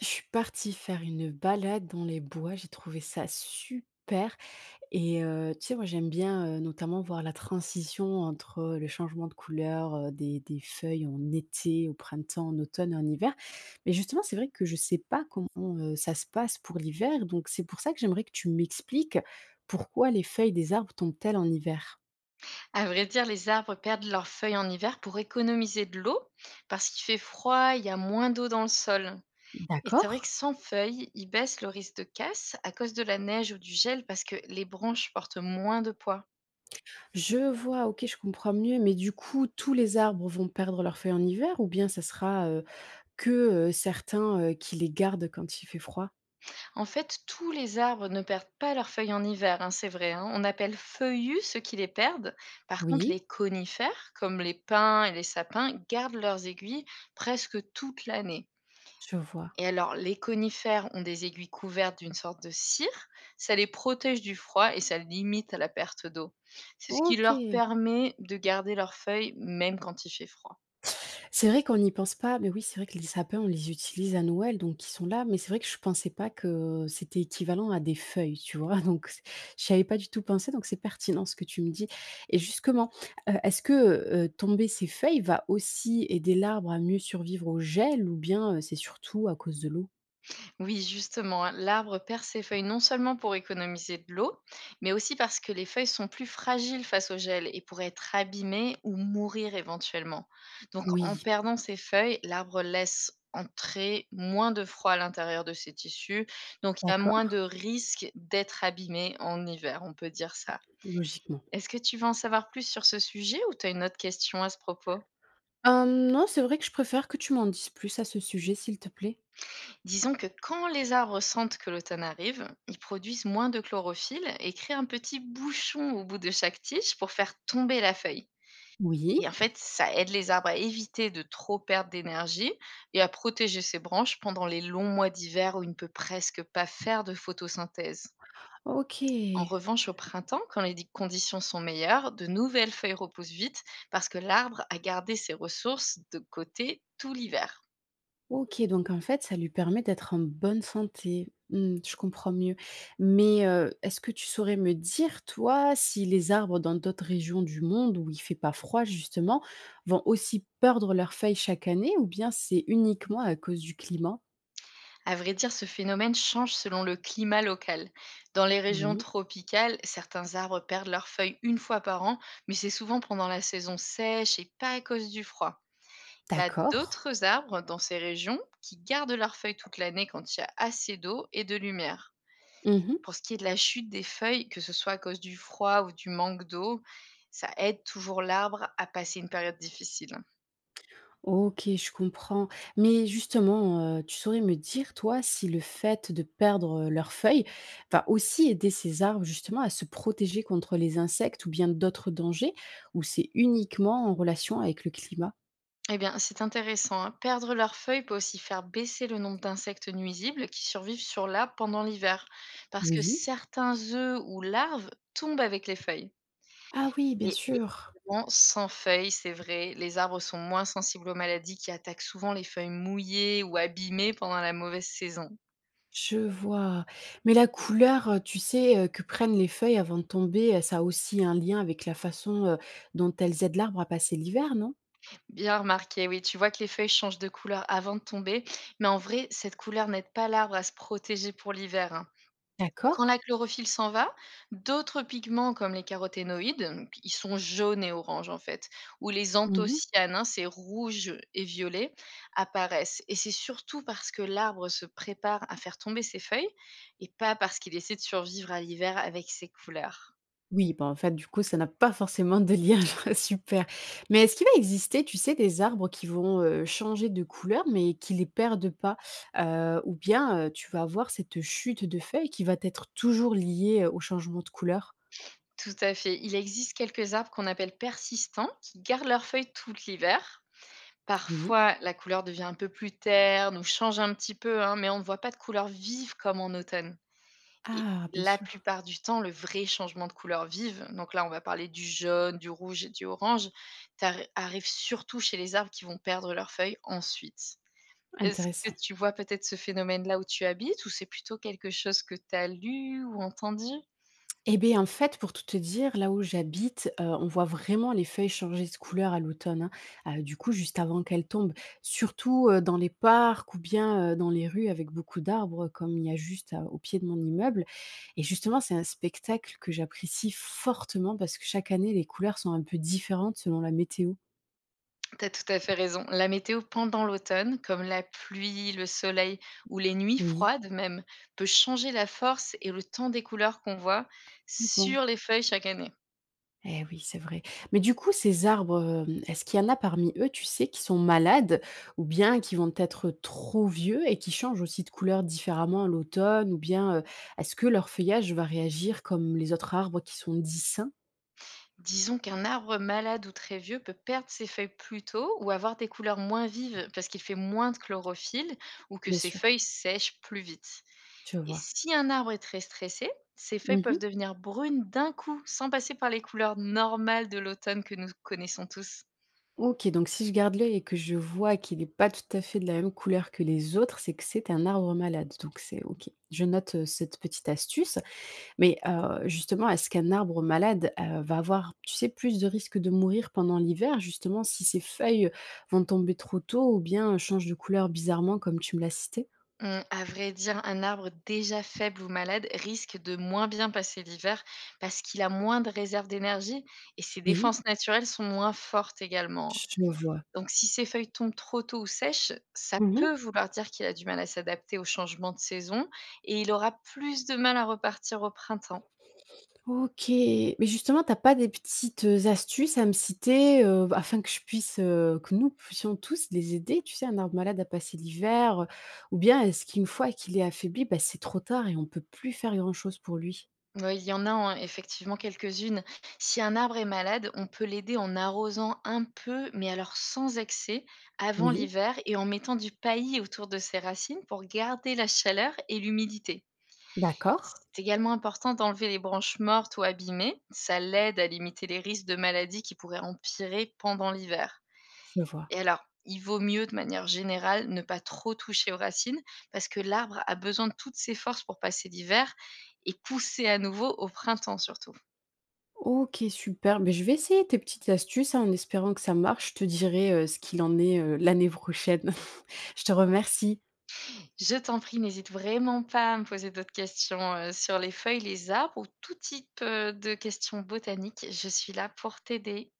Je suis partie faire une balade dans les bois, j'ai trouvé ça super et tu sais, moi, j'aime bien, notamment voir la transition entre, le changement de couleur, des feuilles en été, au printemps, en automne et en hiver. Mais justement, c'est vrai que je sais pas comment, ça se passe pour l'hiver, donc c'est pour ça que j'aimerais que tu m'expliques pourquoi les feuilles des arbres tombent-elles en hiver? À vrai dire, les arbres perdent leurs feuilles en hiver pour économiser de l'eau, parce qu'il fait froid, il y a moins d'eau dans le sol. Et c'est vrai que D'accord. sans feuilles, ils baissent le risque de casse à cause de la neige ou du gel, parce que les branches portent moins de poids. Je vois, OK, je comprends mieux, mais du coup, tous les arbres vont perdre leurs feuilles en hiver ou bien ça sera, que, certains, qui les gardent quand il fait froid? En fait, tous les arbres ne perdent pas leurs feuilles en hiver, hein, c'est vrai. Hein. On appelle feuillus ceux qui les perdent. Par contre, Oui. les conifères, comme les pins et les sapins, gardent leurs aiguilles presque toute l'année. Je vois. Et alors, les conifères ont des aiguilles couvertes d'une sorte de cire. Ça les protège du froid et ça limite la perte d'eau. C'est ce qui leur OK. permet de garder leurs feuilles même quand il fait froid. C'est vrai qu'on n'y pense pas, mais oui, c'est vrai que les sapins, on les utilise à Noël, donc ils sont là, mais c'est vrai que je pensais pas que c'était équivalent à des feuilles, tu vois? Donc c J'y avais pas du tout pensé, donc c'est pertinent ce que tu me dis et justement, heu, est-ce que, tomber ces feuilles va aussi aider l'arbre à mieux survivre au gel ou bien, c'est surtout à cause de l'eau? Oui, justement, hein, l'arbre perd ses feuilles non seulement pour économiser de l'eau, mais aussi parce que les feuilles sont plus fragiles face au gel et pourraient être abîmées ou mourir éventuellement. Donc, en Oui, perdant ses feuilles, l'arbre laisse entrer moins de froid à l'intérieur de ses tissus, donc il y a moins d'accord. de risque d'être abîmé en hiver, on peut dire ça. Logiquement. Est-ce que tu veux en savoir plus sur ce sujet ou tu as une autre question à ce propos? Non, c'est vrai que je préfère que tu m'en dises plus à ce sujet, s'il te plaît. Disons que quand les arbres sentent que l'automne arrive, ils produisent moins de chlorophylle et créent un petit bouchon au bout de chaque tige pour faire tomber la feuille. Oui. Et en fait, ça aide les arbres à éviter de trop perdre d'énergie et à protéger ses branches pendant les longs mois d'hiver où il ne peut presque pas faire de photosynthèse. En OK. revanche, au printemps, quand les conditions sont meilleures, de nouvelles feuilles repoussent vite parce que l'arbre a gardé ses ressources de côté tout l'hiver. OK, donc en fait, ça lui permet d'être en bonne santé. Mmh, je comprends mieux. Mais, est-ce que tu saurais me dire, toi, si les arbres dans d'autres régions du monde où il fait pas froid justement, vont aussi perdre leurs feuilles chaque année ou bien c'est uniquement à cause du climat? À vrai dire, ce phénomène change selon le climat local. Dans les régions Oui. tropicales, certains arbres perdent leurs feuilles une fois par an, mais c'est souvent pendant la saison sèche et pas à cause du froid. Il y a D'accord. d'autres arbres dans ces régions qui gardent leurs feuilles toute l'année quand il y a assez d'eau et de lumière. Mmh. Pour ce qui est de la chute des feuilles, que ce soit à cause du froid ou du manque d'eau, ça aide toujours l'arbre à passer une période difficile. OK, je comprends. Mais justement, tu saurais me dire, toi, si le fait de perdre, leurs feuilles va aussi aider ces arbres justement à se protéger contre les insectes ou bien d'autres dangers? Ou c'est uniquement en relation avec le climat? Eh bien, c'est intéressant. Hein. Perdre leurs feuilles peut aussi faire baisser le nombre d'insectes nuisibles qui survivent sur l'arbre pendant l'hiver, parce que Oui. certains œufs ou larves tombent avec les feuilles. Ah oui, bien Et sûr, évidemment, sans feuilles, c'est vrai, les arbres sont moins sensibles aux maladies qui attaquent souvent les feuilles mouillées ou abîmées pendant la mauvaise saison. je vois. Mais la couleur, tu sais, que prennent les feuilles avant de tomber, ça a aussi un lien avec la façon, dont elles aident l'arbre à passer l'hiver, non? Bien remarqué, oui, tu vois que les feuilles changent de couleur avant de tomber, mais en vrai, cette couleur n'aide pas l'arbre à se protéger pour l'hiver. Hein. D'accord. Quand la chlorophylle s'en va, d'autres pigments comme les caroténoïdes, donc ils sont jaunes et oranges en fait, ou les Mmh. anthocyanes, hein, c'est rouge et violet, apparaissent. Et c'est surtout parce que l'arbre se prépare à faire tomber ses feuilles et pas parce qu'il essaie de survivre à l'hiver avec ses couleurs. Oui, bah, en fait, du coup, ça n'a pas forcément de lien, genre, super. Mais est-ce qu'il va exister, tu sais, des arbres qui vont, changer de couleur, mais qui les perdent pas? Ou bien, tu vas avoir cette chute de feuilles qui va être toujours liée, au changement de couleur? Tout à fait. Il existe quelques arbres qu'on appelle persistants, qui gardent leurs feuilles tout l'hiver. Oui. Parfois, la couleur devient un peu plus terne ou change un petit peu, hein, mais on ne voit pas de couleur vive comme en automne. Et Ah, bien la sûr, plupart du temps, le vrai changement de couleur vive, donc là, on va parler du jaune, du rouge et du orange, t'arri arrive surtout chez les arbres qui vont perdre leurs feuilles ensuite. Est-ce que intéressant. tu vois peut-être ce phénomène là où tu habites ou c'est plutôt quelque chose que tu as lu ou entendu? Eh beh, en fait, pour tout te dire, là où j'habite, on voit vraiment les feuilles changer de couleur à l'automne, hein, du coup, juste avant qu'elles tombent. Surtout, dans les parcs ou bien, dans les rues avec beaucoup d'arbres, comme il y a juste à au pied de mon immeuble et justement, c'est un spectacle que j'apprécie fortement parce que chaque année, les couleurs sont un peu différentes selon la météo. T'as tout à fait raison. La météo pendant l'automne, comme la pluie, le soleil ou les nuits Oui. froides même, peut changer la force et le temps des couleurs qu'on voit Bon. sur les feuilles chaque année. Eh oui, c'est vrai. Mais du coup, ces arbres, est-ce qu'il y en a parmi eux, tu sais, qui sont malades ou bien qui vont être trop vieux et qui changent aussi de couleur différemment à l'automne? Ou bien, est-ce que leur feuillage va réagir comme les autres arbres qui sont dits sains? Disons qu'un arbre malade ou très vieux peut perdre ses feuilles plus tôt ou avoir des couleurs moins vives parce qu'il fait moins de chlorophylle ou que Bien ses sûr. feuilles sèchent plus vite. Je Et vois. si un arbre est très stressé, ses feuilles Mmh. peuvent devenir brunes d'un coup sans passer par les couleurs normales de l'automne que nous connaissons tous. OK, donc si je garde l'œil et que je vois qu'il est pas tout à fait de la même couleur que les autres, c'est que c'est un arbre malade. Donc c'est OK. Je note, cette petite astuce. Mais justement, est-ce qu'un arbre malade, va avoir, tu sais, plus de risques de mourir pendant l'hiver, justement, si ses feuilles vont tomber trop tôt ou bien changent de couleur bizarrement comme tu me l'as cité? À vrai dire, un arbre déjà faible ou malade risque de moins bien passer l'hiver parce qu'il a moins de réserves d'énergie et ses Oui, défenses naturelles sont moins fortes également. Hein. je vois. Donc si ses feuilles tombent trop tôt ou sèches, ça Mmh. peut vouloir dire qu'il a du mal à s'adapter au changement de saison et il aura plus de mal à repartir au printemps. OK. Mais justement, t'as pas des petites, astuces à me citer, afin que je puisse, que nous puissions tous les aider, tu sais, un arbre malade à passer l'hiver, ou bien est-ce qu'une fois qu'il est affaibli, bah, c'est trop tard et on peut plus faire grand-chose pour lui? Ouais, il y en a hein, effectivement quelques-unes. Si un arbre est malade, on peut l'aider en arrosant un peu, mais alors sans excès, avant Oui, l'hiver et en mettant du paillis autour de ses racines pour garder la chaleur et l'humidité. d'accord, C'est également important d'enlever les branches mortes ou abîmées. Ça l'aide à limiter les risques de maladies qui pourraient empirer pendant l'hiver. je vois. Et alors, il vaut mieux de manière générale ne pas trop toucher aux racines parce que l'arbre a besoin de toutes ses forces pour passer l'hiver et pousser à nouveau au printemps surtout. OK, super. Beh, je vais essayer tes petites astuces, hein, en espérant que ça marche. Je te dirai, ce qu'il en est, l'année prochaine. Je te remercie. Je t'en prie, n'hésite vraiment pas à me poser d'autres questions sur les feuilles, les arbres ou tout type de questions botaniques. Je suis là pour t'aider.